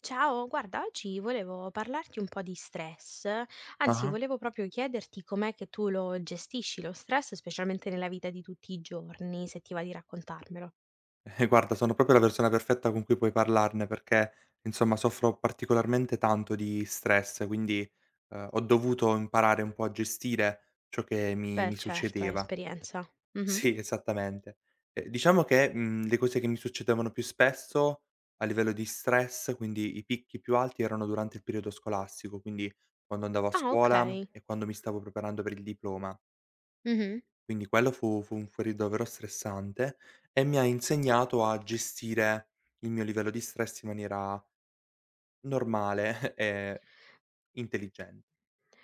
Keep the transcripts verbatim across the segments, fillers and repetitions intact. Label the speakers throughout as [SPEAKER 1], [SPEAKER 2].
[SPEAKER 1] Ciao, guarda, oggi volevo parlarti un po' di stress, anzi
[SPEAKER 2] Ah-ah.
[SPEAKER 1] volevo proprio chiederti com'è che tu lo gestisci lo stress, specialmente nella vita di tutti i giorni, se ti va di raccontarmelo.
[SPEAKER 2] Eh, guarda, sono proprio la persona perfetta con cui puoi parlarne perché, insomma, soffro particolarmente tanto di stress, quindi, uhm, ho dovuto imparare un po' a gestire ciò che mi
[SPEAKER 1] Beh,
[SPEAKER 2] mi
[SPEAKER 1] certo, hai
[SPEAKER 2] succedeva.
[SPEAKER 1] esperienza. Mh-mh.
[SPEAKER 2] Sì, esattamente. Ehm, diciamo che, mhmm, le cose che mi succedevano più spesso a livello di stress, quindi i picchi più alti, erano durante il periodo scolastico, quindi quando andavo a
[SPEAKER 1] Ah,
[SPEAKER 2] scuola
[SPEAKER 1] okay.
[SPEAKER 2] e quando mi stavo preparando per il diploma.
[SPEAKER 1] Mh-mh.
[SPEAKER 2] Quindi quello fu fu un fuori davvero stressante e mi ha insegnato a gestire il mio livello di stress in maniera normale e intelligen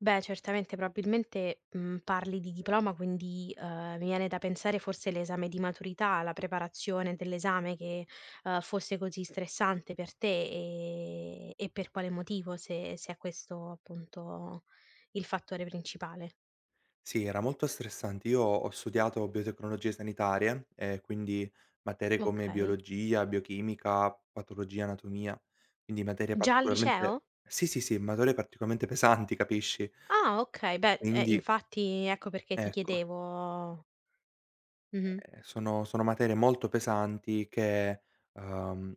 [SPEAKER 1] Beh, certamente, probabilmente, mhmm, parli di diploma, quindi, uhm, mi viene da pensare forse l'esame di maturità, la preparazione dell'esame che, uhm, fosse così stressante per te, ehm, e per quale motivo, se se è questo appunto il fattore principale.
[SPEAKER 2] Sì, era molto stressante. Io ho studiato biotecnologie sanitarie e quindi materie come
[SPEAKER 1] Okay.
[SPEAKER 2] biologia, biochimica, patologia, anatomia, quindi materie
[SPEAKER 1] Già al
[SPEAKER 2] particolarmente
[SPEAKER 1] liceo?
[SPEAKER 2] sì, sì, sì, materie particolarmente pesanti, capisci?
[SPEAKER 1] Ah okay, beh, eh,
[SPEAKER 2] Quindi
[SPEAKER 1] infatti ecco perché ti
[SPEAKER 2] ecco.
[SPEAKER 1] chiedevo. Mh-mh.
[SPEAKER 2] Ehm, sono sono materie molto pesanti che, uhm,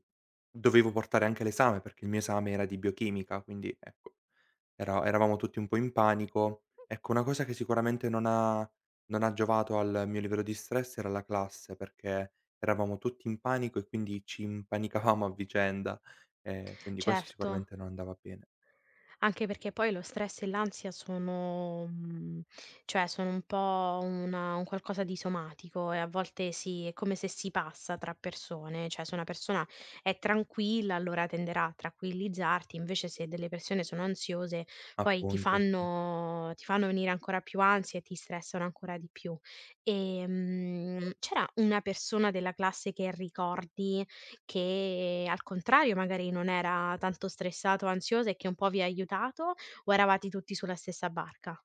[SPEAKER 2] dovevo portare anche l'esame, perché il mio esame era di biochimica, quindi ecco, era eravamo tutti un po' in panico. Ecco, una cosa che sicuramente non ha non ha giovato al mio livello di stress era la classe, perché eravamo tutti in panico e quindi ci impanicavamo a vicenda, ehm, quindi questo
[SPEAKER 1] Certo.
[SPEAKER 2] sicuramente non andava bene.
[SPEAKER 1] Anche perché poi lo stress e l'ansia sono mhmm, cioè sono un po' una un qualcosa di somatico e a volte si è come se si passa tra persone, cioè se una persona è tranquilla allora tenderà a tranquillizzarti, invece se delle persone sono ansiose poi ti
[SPEAKER 2] Appunto, sì.
[SPEAKER 1] fanno ti fanno venire ancora più ansia e ti stressano ancora di più. Ehm, c'era una persona della classe che ricordi che al contrario magari non era tanto stressato o ansioso e che un po' vi ha aiutato, o eravate tutti sulla stessa barca?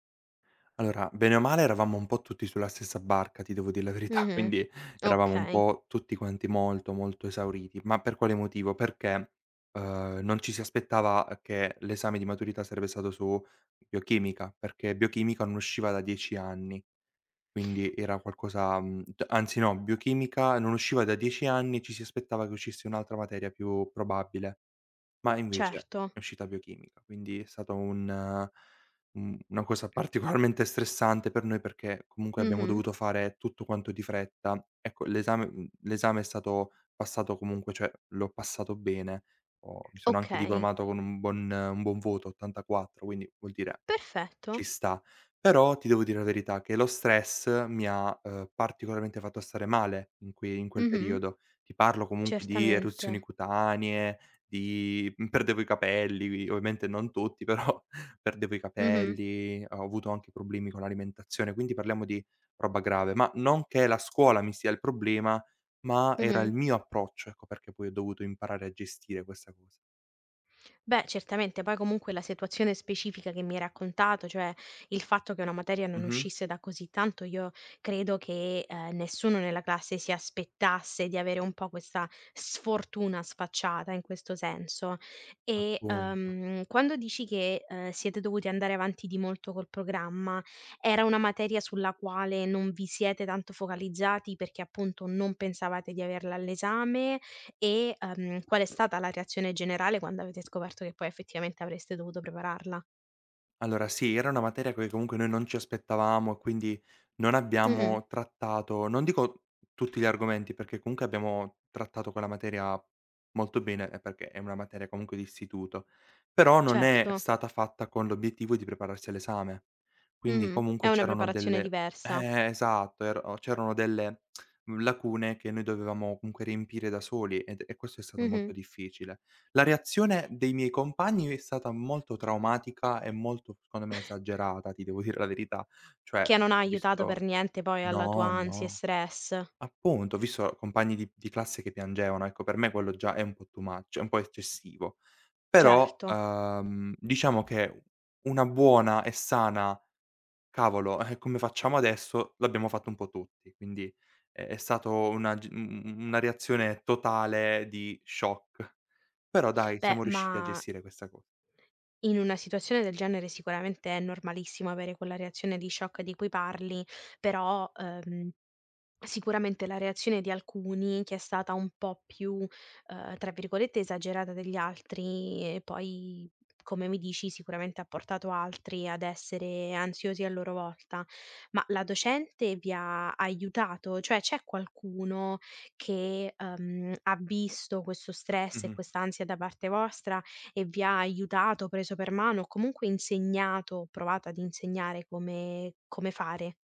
[SPEAKER 2] Allora, bene o male eravamo un po' tutti sulla stessa barca, ti devo dire la verità,
[SPEAKER 1] Mh-mh.
[SPEAKER 2] quindi eravamo un
[SPEAKER 1] Okay.
[SPEAKER 2] po' tutti quanti molto, molto esauriti. Ma per quale motivo? Perché, uhm, non ci si aspettava che l'esame di maturità sarebbe stato su biochimica, perché biochimica non usciva da dieci anni, quindi era qualcosa mhmm, d anzi no, biochimica non usciva da dieci anni, ci si aspettava che uscisse un'altra materia più probabile. Ma invece
[SPEAKER 1] Certo.
[SPEAKER 2] è uscita biochimica, quindi è stato un eh, un una cosa particolarmente stressante per noi perché comunque abbiamo
[SPEAKER 1] Mh-mh.
[SPEAKER 2] dovuto fare tutto quanto di fretta. Ecco, l'esame mhmm, l'esame è stato passato comunque, cioè l'ho passato bene. Ho Mi sono anche
[SPEAKER 1] Okay,
[SPEAKER 2] diplomato con un buon un buon voto, ottantaquattro, quindi vuol dire
[SPEAKER 1] perfetto.
[SPEAKER 2] ci sta. Però ti devo dire la verità che lo stress mi ha, uhm, particolarmente fatto stare male in que in quel
[SPEAKER 1] Mh-mh.
[SPEAKER 2] periodo. Ti parlo comunque di
[SPEAKER 1] Certamente.
[SPEAKER 2] eruzioni cutanee, di mhmm, perdevo i capelli, ovviamente non tutti, però perdevo i
[SPEAKER 1] Mh-mh.
[SPEAKER 2] capelli, ho avuto anche problemi con l'alimentazione, quindi parliamo di roba grave. Ma non che la scuola mi sia il problema, ma era
[SPEAKER 1] Mh-mh.
[SPEAKER 2] il mio approccio, ecco perché poi ho dovuto imparare a gestire questa cosa.
[SPEAKER 1] Beh, certamente, poi comunque la situazione specifica che mi hai raccontato, cioè il fatto che una materia non
[SPEAKER 2] Mh-mh,
[SPEAKER 1] uscisse da così tanto, io credo che eh, nessuno nella classe si aspettasse di avere un po' questa sfortuna sfacciata in questo senso. E
[SPEAKER 2] appunto.
[SPEAKER 1] ehm, quando dici che eh, siete dovuti andare avanti di molto col programma, era una materia sulla quale non vi siete tanto focalizzati perché appunto non pensavate di averla all'esame? E, ehm, qual è stata la reazione generale quando avete scoperto che poi effettivamente avreste dovuto prepararla?
[SPEAKER 2] Allora sì, era una materia che comunque noi non ci aspettavamo e quindi non
[SPEAKER 1] Mh-mh.
[SPEAKER 2] abbiamo trattato, non dico tutti gli argomenti, perché comunque abbiamo trattato quella materia molto bene, ehm, perché è una materia comunque di istituto, però non è
[SPEAKER 1] Certo.
[SPEAKER 2] stata fatta con l'obiettivo di prepararsi all'esame. Quindi
[SPEAKER 1] Mh-mh. È
[SPEAKER 2] comunque
[SPEAKER 1] una
[SPEAKER 2] c'erano
[SPEAKER 1] preparazione
[SPEAKER 2] delle
[SPEAKER 1] diversa.
[SPEAKER 2] eh, esatto, ero c'erano delle lacune che noi dovevamo comunque riempire da soli ed e questo è stato
[SPEAKER 1] Mh-mh.
[SPEAKER 2] molto difficile. La reazione dei miei compagni è stata molto traumatica e molto, secondo me, esagerata, ti devo dire la verità. Cioè,
[SPEAKER 1] Che non ha
[SPEAKER 2] ho
[SPEAKER 1] aiutato
[SPEAKER 2] visto
[SPEAKER 1] per niente poi alla tua
[SPEAKER 2] no,
[SPEAKER 1] ansia e
[SPEAKER 2] no,
[SPEAKER 1] stress.
[SPEAKER 2] appunto, ho visto compagni di di classe che piangevano, ecco, per me quello già è un po' too much, è un po' eccessivo. Però,
[SPEAKER 1] Certo.
[SPEAKER 2] uhm, diciamo che una buona e sana: "Cavolo, eh, come facciamo adesso?" L'abbiamo fatto un po' tutti, quindi è è stato una g u u una reazione totale di shock. Però dai,
[SPEAKER 1] Beh,
[SPEAKER 2] siamo riusciti a
[SPEAKER 1] ma
[SPEAKER 2] gestire questa co
[SPEAKER 1] in una situazione del genere sicuramente è normalissimo avere quella reazione di shock di cui parli, però, ehm Sicuramente la reazione di alcuni, che è stata un po' più, uhm, tra virgolette, "esagerata" degli altri, e poi, come mi dici, sicuramente ha portato altri ad essere ansiosi a loro volta. Ma la docente vi ha aiutato? Cioè, c'è qualcuno che, uhm, ha visto questo stress e
[SPEAKER 2] Mh-mh.
[SPEAKER 1] quest'ansia da parte vostra e vi ha aiutato, preso per mano o comunque insegnato, provato ad insegnare come come fare?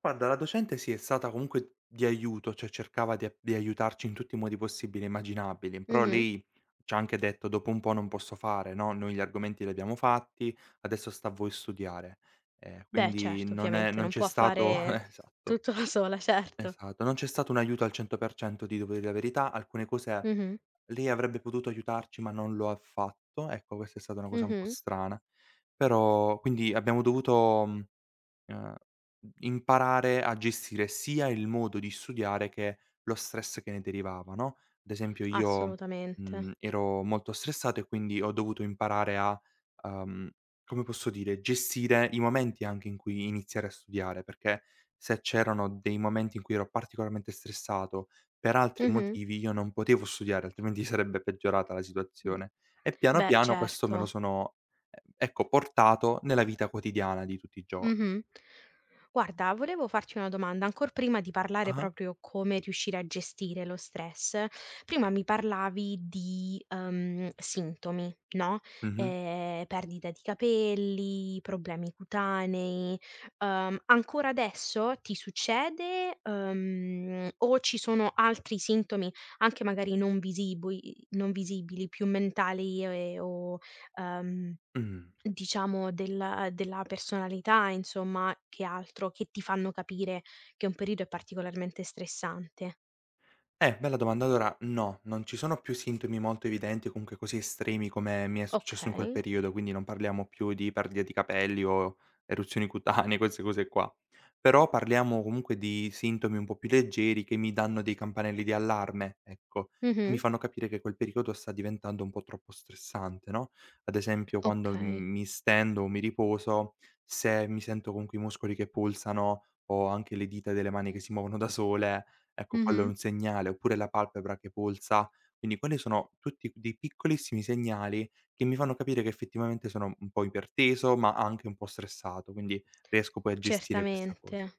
[SPEAKER 2] Guarda, la docente sì, è stata comunque di aiuto, cioè cercava di a di aiutarci in tutti i modi possibili e immaginabili, però
[SPEAKER 1] Mh-mh.
[SPEAKER 2] lei c'ha anche detto: "Dopo un po' non posso fare, no, noi gli argomenti li abbiamo fatti, adesso sta a voi studiare". Ehm,
[SPEAKER 1] Beh
[SPEAKER 2] quindi
[SPEAKER 1] certo,
[SPEAKER 2] non è
[SPEAKER 1] ovviamente,
[SPEAKER 2] non
[SPEAKER 1] non
[SPEAKER 2] c'è
[SPEAKER 1] può
[SPEAKER 2] stato
[SPEAKER 1] fare
[SPEAKER 2] esatto,
[SPEAKER 1] tutto da sola, certo.
[SPEAKER 2] esatto, non c'è stato un aiuto al cento per cento, ti devo dire la verità. Alcune cose
[SPEAKER 1] Mh-mh,
[SPEAKER 2] lei avrebbe potuto aiutarci, ma non lo ha fatto. Ecco, questa è stata una cosa un po'
[SPEAKER 1] mh-mh,
[SPEAKER 2] strana. Però quindi abbiamo dovuto, mhmm Ehm, imparare a gestire sia il modo di studiare che lo stress che ne derivava, no, ad esempio io,
[SPEAKER 1] assolutamente.
[SPEAKER 2] mhmm, ero molto stressato e quindi ho dovuto imparare a, uhm, come posso dire, gestire i momenti anche in cui iniziare a studiare, perché se c'erano dei momenti in cui ero particolarmente stressato per altri
[SPEAKER 1] Mh-mh.
[SPEAKER 2] motivi, io non potevo studiare, altrimenti sarebbe peggiorata la
[SPEAKER 1] Mh.
[SPEAKER 2] situazione. E piano
[SPEAKER 1] Beh
[SPEAKER 2] piano questo
[SPEAKER 1] certo.
[SPEAKER 2] me lo sono, ehm, ecco portato nella vita quotidiana di tutti i gio
[SPEAKER 1] Mh-mh. Guarda, volevo farti una domanda, ancor prima di parlare
[SPEAKER 2] Ah-ah.
[SPEAKER 1] proprio come riuscire a gestire lo stress, prima mi parlavi di, uhm, sintomi, no,
[SPEAKER 2] Mh-mh.
[SPEAKER 1] ehm, perdita di capelli, problemi cutanei, uhm, ancora adesso ti succede, uhm, o ci sono altri sintomi, anche magari non visibui non visibili, più mentali e o, uhm
[SPEAKER 2] Mh.
[SPEAKER 1] Diciamo della della personalità insomma, che altro, che ti fanno capire che un periodo è particolarmente stressante.
[SPEAKER 2] Eh, bella domanda. Allora, no, non ci sono più sintomi molto evidenti o comunque così estremi come mi è successo in quel
[SPEAKER 1] Okay.
[SPEAKER 2] periodo, quindi non parliamo più di perdita di capelli o eruzioni cutanee, queste cose qua. Però parliamo comunque di sintomi un po' più leggeri che mi danno dei campanelli di allarme, ecco, che
[SPEAKER 1] Mh-mh.
[SPEAKER 2] mi fanno capire che quel periodo sta diventando un po' troppo stressante, no? Ad esempio, quando
[SPEAKER 1] Okay.
[SPEAKER 2] m- mi stendo o mi riposo, se mi sento comunque i muscoli che pulsano o anche le dita delle mani che si muovono da sole. Ecco, quello è
[SPEAKER 1] Mh-mh.
[SPEAKER 2] un segnale, oppure la palpebra che pulsa. Quindi quelli sono tutti dei piccolissimi segnali che mi fanno capire che effettivamente sono un po' iperteso, ma anche un po' stressato, quindi riesco poi a gestire questa cosa.
[SPEAKER 1] Certamente.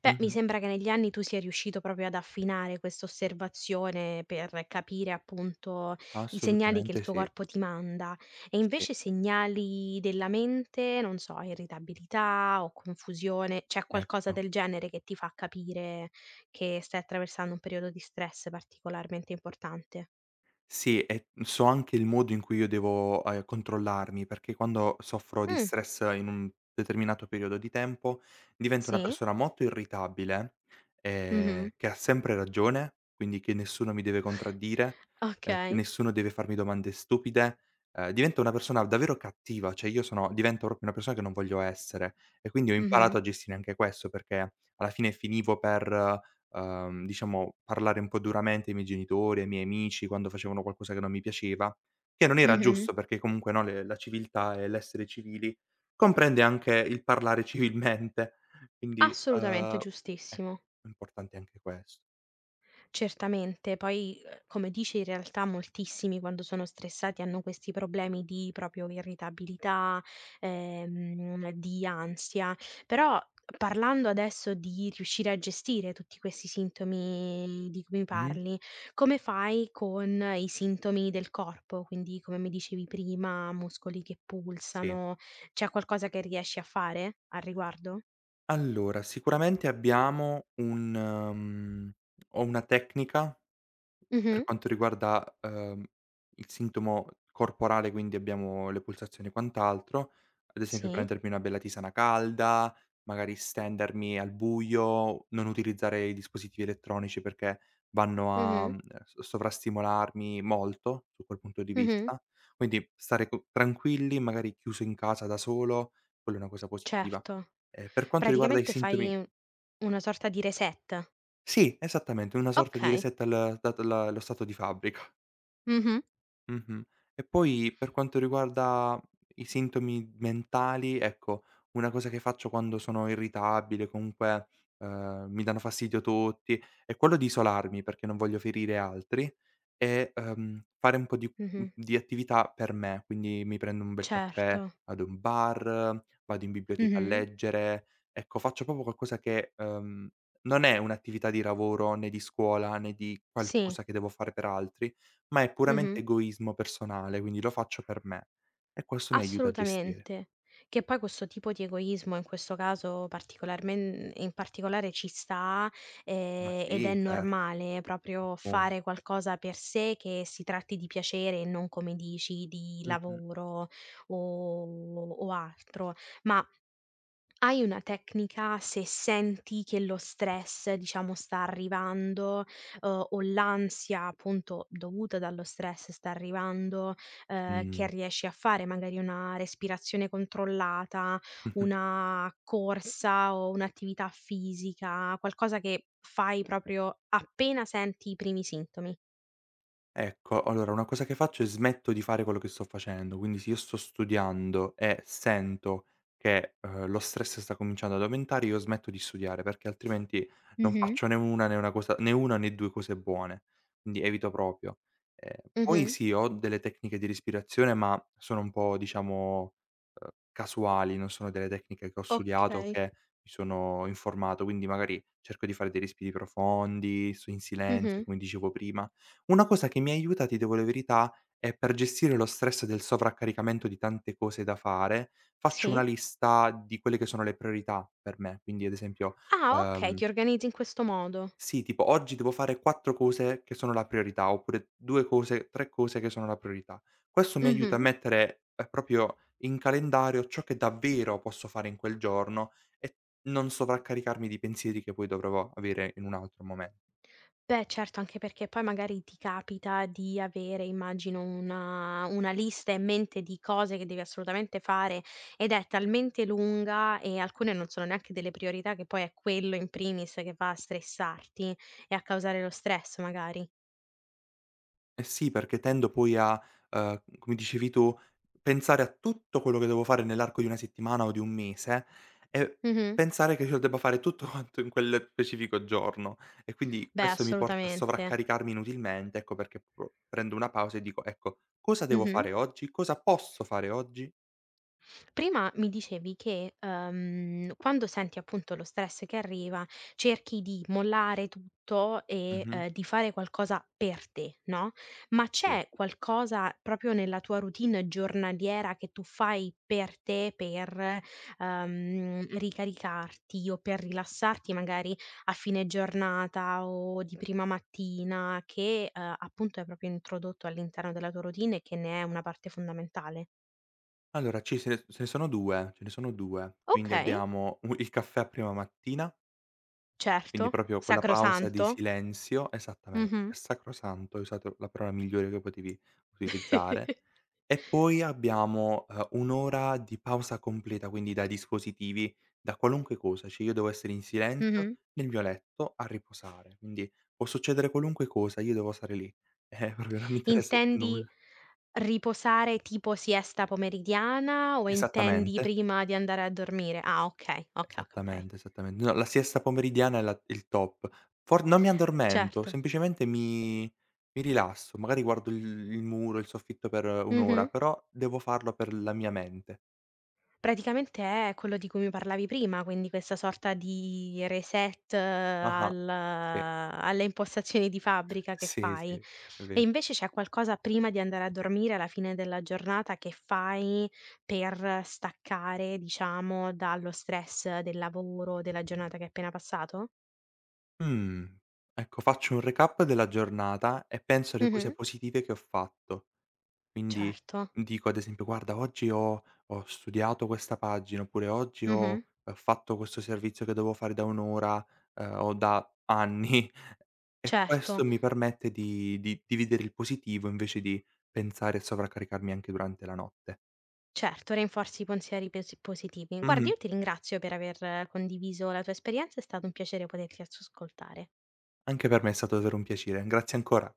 [SPEAKER 1] Beh, mi
[SPEAKER 2] Mh-mh.
[SPEAKER 1] sembra che negli anni tu sia riuscito proprio ad affinare questa osservazione per capire appunto i segnali che il
[SPEAKER 2] Assolutamente
[SPEAKER 1] tuo
[SPEAKER 2] sì,
[SPEAKER 1] corpo ti manda e
[SPEAKER 2] sì,
[SPEAKER 1] invece segnali della mente, non so, irritabilità o confusione, c'è qualcosa
[SPEAKER 2] ecco.
[SPEAKER 1] del genere che ti fa capire che stai attraversando un periodo di stress particolarmente importante?
[SPEAKER 2] Sì, e so anche il modo in cui io devo, ehm, controllarmi, perché quando soffro di
[SPEAKER 1] Mh,
[SPEAKER 2] stress in un determinato periodo di tempo, divento una
[SPEAKER 1] sì,
[SPEAKER 2] persona molto irritabile,
[SPEAKER 1] mh-mh.
[SPEAKER 2] ehm, che ha sempre ragione, quindi che nessuno mi deve contraddire, ehm, che
[SPEAKER 1] Okay.
[SPEAKER 2] nessuno deve farmi domande stupide. Ehm, divento una persona davvero cattiva, cioè io sono divento proprio una persona che non voglio essere e quindi ho
[SPEAKER 1] Mh-mh.
[SPEAKER 2] imparato a gestire anche questo, perché alla fine finivo per uhm, diciamo, parlare un po' duramente ai miei genitori, ai miei amici quando facevano qualcosa che non mi piaceva, che non era
[SPEAKER 1] Mh-mh.
[SPEAKER 2] giusto perché comunque, no, le la civiltà e l'essere civili comprende anche il parlare civilmente. Quindi,
[SPEAKER 1] Assolutamente,
[SPEAKER 2] uhm, ecco,
[SPEAKER 1] giustissimo.
[SPEAKER 2] è importante anche questo.
[SPEAKER 1] Certamente, poi, uhm, come dici in realtà moltissimi quando sono stressati hanno questi problemi di proprio irritabilità, ehm, di ansia, però parlando adesso di riuscire a gestire tutti questi sintomi di cui mi
[SPEAKER 2] Mh-mh.
[SPEAKER 1] parli, come fai con i sintomi del corpo? Quindi, come mi dicevi prima, muscoli che
[SPEAKER 2] Sì.
[SPEAKER 1] pulsano, c'è qualcosa che riesci a fare al riguardo?
[SPEAKER 2] Allora, sicuramente abbiamo un mhmm, ho una tecnica. Per
[SPEAKER 1] Mh-mh.
[SPEAKER 2] quanto riguarda, uhm, il sintomo corporale, quindi abbiamo le pulsazioni e quant'altro, ad esempio
[SPEAKER 1] Sì.
[SPEAKER 2] prendermi una bella tisana calda, magari stendermi al buio, non utilizzare i dispositivi elettronici perché vanno a,
[SPEAKER 1] Mh-mh.
[SPEAKER 2] mhmm, s sovrastimolarmi molto su quel punto di
[SPEAKER 1] Mh-mh.
[SPEAKER 2] vista. Quindi stare co tranquilli, magari chiuso in casa da solo, quella è una cosa positiva.
[SPEAKER 1] Certo.
[SPEAKER 2] Ehm, per quanto riguarda i
[SPEAKER 1] Praticamente
[SPEAKER 2] sintomi
[SPEAKER 1] fai una sorta di reset.
[SPEAKER 2] sì, esattamente, una sorta di
[SPEAKER 1] Okay.
[SPEAKER 2] reset al dat la lo stato di fabbrica.
[SPEAKER 1] Mh-mh.
[SPEAKER 2] Mh-mh. E poi per quanto riguarda i sintomi mentali, ecco, una cosa che faccio quando sono irritabile, comunque, ehm, mi danno fastidio tutti, è quello di isolarmi perché non voglio ferire altri e, ehm, fare un po' di mhmm,
[SPEAKER 1] Mh-mh.
[SPEAKER 2] di attività per me, quindi mi prendo un bel caffè,
[SPEAKER 1] Certo.
[SPEAKER 2] vado in bar, vado in biblioteca a
[SPEAKER 1] Mh-mh.
[SPEAKER 2] leggere. Ecco, faccio proprio qualcosa che, ehm, non è un'attività di lavoro, né di scuola, né di
[SPEAKER 1] Sì.
[SPEAKER 2] qualcosa che devo fare per altri, ma è
[SPEAKER 1] Mh-mh.
[SPEAKER 2] puramente egoismo personale, quindi lo faccio per me. E questo mi aiuta a gestire.
[SPEAKER 1] Assolutamente. Che poi questo tipo di egoismo in questo caso particolarmen in particolare ci sta,
[SPEAKER 2] Ma
[SPEAKER 1] ehm, ed è
[SPEAKER 2] sì, certo,
[SPEAKER 1] normale proprio
[SPEAKER 2] appun
[SPEAKER 1] fare qualcosa per sé, che si tratti di piacere e non come dici di
[SPEAKER 2] mh-mh.
[SPEAKER 1] lavoro o o altro. Ma Hai una tecnica se senti che lo stress, diciamo, sta arrivando, uhm, o l'ansia, appunto, dovuta dallo stress sta arrivando, uhm, che riesci a fare magari una respirazione controllata,
[SPEAKER 2] Mh.
[SPEAKER 1] una corsa o un'attività fisica, qualcosa che fai proprio appena senti i primi sintomi?
[SPEAKER 2] Ecco, allora una cosa che faccio è smetto di fare quello che sto facendo, quindi se io sto studiando e sento che, uhm, lo stress sta cominciando ad aumentare, io smetto di studiare, perché altrimenti non
[SPEAKER 1] Mh-mh.
[SPEAKER 2] faccio né una né una cosa né una né due cose buone, quindi evito proprio. Ehm, poi
[SPEAKER 1] Mh-mh.
[SPEAKER 2] sì, ho delle tecniche di respirazione, ma sono un po' diciamo, uhm, casuali, non sono delle tecniche che ho studiato o
[SPEAKER 1] Okay.
[SPEAKER 2] che mi sono informato, quindi magari cerco di fare dei respiri profondi, sto in silenzio,
[SPEAKER 1] Mh-mh.
[SPEAKER 2] come dicevo prima una cosa che mi aiuta, ti devo la verità, è per gestire lo stress del sovraccaricamento di tante cose da fare, faccio
[SPEAKER 1] Sì.
[SPEAKER 2] una lista di quelle che sono le priorità per me. Quindi ad esempio,
[SPEAKER 1] Ah, okay,
[SPEAKER 2] ehm
[SPEAKER 1] ti organizzi in questo modo.
[SPEAKER 2] sì, tipo oggi devo fare quattro cose che sono la priorità, oppure due cose, tre cose che sono la priorità. Questo mi aiuta a
[SPEAKER 1] Mh-mh.
[SPEAKER 2] mettere, ehm, proprio in calendario ciò che davvero posso fare in quel giorno e non sovraccaricarmi di pensieri che poi dovrò avere in un altro momen
[SPEAKER 1] Beh certo, anche perché poi magari ti capita di avere, immagino, una una lista in mente di cose che devi assolutamente fare ed è talmente lunga e alcune non sono neanche delle priorità che poi è quello in primis che va a stressarti e a causare lo stress magari.
[SPEAKER 2] Eh sì, perché tendo poi a, uhm, come dicevi tu, pensare a tutto quello che devo fare nell'arco di una settimana o di un mese e
[SPEAKER 1] Mh-mh.
[SPEAKER 2] pensare che io debba fare tutto quanto in quel specifico giorno. E quindi
[SPEAKER 1] Beh
[SPEAKER 2] questo mi porta a
[SPEAKER 1] assolutamente.
[SPEAKER 2] sovraccaricarmi inutilmente, ecco perché proprio prendo una pausa e dico: "Ecco, cosa devo
[SPEAKER 1] Mh-mh.
[SPEAKER 2] fare oggi? Cosa posso fare oggi?"
[SPEAKER 1] Prima mi dicevi che, ehm, quando senti appunto lo stress che arriva, cerchi di mollare tutto e,
[SPEAKER 2] Mh-mh,
[SPEAKER 1] ehm, di fare qualcosa per te, no, ma
[SPEAKER 2] sì.
[SPEAKER 1] c'è qualcosa proprio nella tua routine giornaliera che tu fai per te, per, ehm, ricaricarti o per rilassarti magari a fine giornata o di prima mattina che, ehm, appunto hai proprio introdotto all'interno della tua routine e che ne è una parte fondamentale?
[SPEAKER 2] Allora ci se ne se ne sono due, ce ne sono due. Quindi
[SPEAKER 1] Okay.
[SPEAKER 2] abbiamo u il caffè a prima mattina.
[SPEAKER 1] Certo,
[SPEAKER 2] Quindi proprio quella pausa di
[SPEAKER 1] sacrosanto.
[SPEAKER 2] silenzio esattamente,
[SPEAKER 1] Mh-mh.
[SPEAKER 2] è sacrosanto, hai usato la parola migliore che potevi utilizzare. E poi abbiamo, ehm, un' ora di pausa completa, quindi dai dispositivi, da qualunque cosa, cioè io devo essere in silenzio
[SPEAKER 1] Mh-mh.
[SPEAKER 2] nel mio letto a riposare, quindi può succedere qualunque cosa, io devo stare lì, eh, proprio non mi interessa più
[SPEAKER 1] Intendi
[SPEAKER 2] nulla.
[SPEAKER 1] riposare tipo siesta pomeridiana o intendi
[SPEAKER 2] Esattamente.
[SPEAKER 1] prima di andare a dormire? Ah okay, oka oka okay.
[SPEAKER 2] Esattamente, esattamente. No, la siesta pomeridiana è la il top. For non mi addormento,
[SPEAKER 1] Certo.
[SPEAKER 2] semplicemente mi mi rilasso, magari guardo il il muro, il soffitto per un' ora,
[SPEAKER 1] Mh-mh.
[SPEAKER 2] però devo farlo per la mia mente.
[SPEAKER 1] Praticamente è quello di cui mi parlavi prima, quindi questa sorta di reset eh,
[SPEAKER 2] Ah-ah.
[SPEAKER 1] al
[SPEAKER 2] Sì.
[SPEAKER 1] alle impostazioni di fabbrica che
[SPEAKER 2] Sì, sì,
[SPEAKER 1] fai.
[SPEAKER 2] è
[SPEAKER 1] E
[SPEAKER 2] vero.
[SPEAKER 1] invece c'è qualcosa prima di andare a dormire, alla fine della giornata, che fai per staccare, diciamo, dallo stress del lavoro, della giornata che è appena passato?
[SPEAKER 2] Mh. Ecco, faccio un recap della giornata e penso alle cose
[SPEAKER 1] Mh-mh.
[SPEAKER 2] positive che ho fatto. Quindi
[SPEAKER 1] Certo.
[SPEAKER 2] dico ad esempio: "Guarda oggi ho ho studiato questa pagina", oppure "Oggi
[SPEAKER 1] Mh-mh.
[SPEAKER 2] ho, ehm, fatto questo servizio che dovevo fare da un' ora, ehm, o da anni". E questo
[SPEAKER 1] Certo.
[SPEAKER 2] mi permette di di di vedere il positivo invece di pensare e sovraccaricarmi anche durante la notte.
[SPEAKER 1] Certo, rinforzi i pensieri pesi positivi. Guarda,
[SPEAKER 2] Mh-mh.
[SPEAKER 1] io ti ringrazio per aver eh, condiviso la tua esperienza, è stato un piacere poterti ascoltare.
[SPEAKER 2] Anche per me è stato davvero un piacere. Grazie ancora.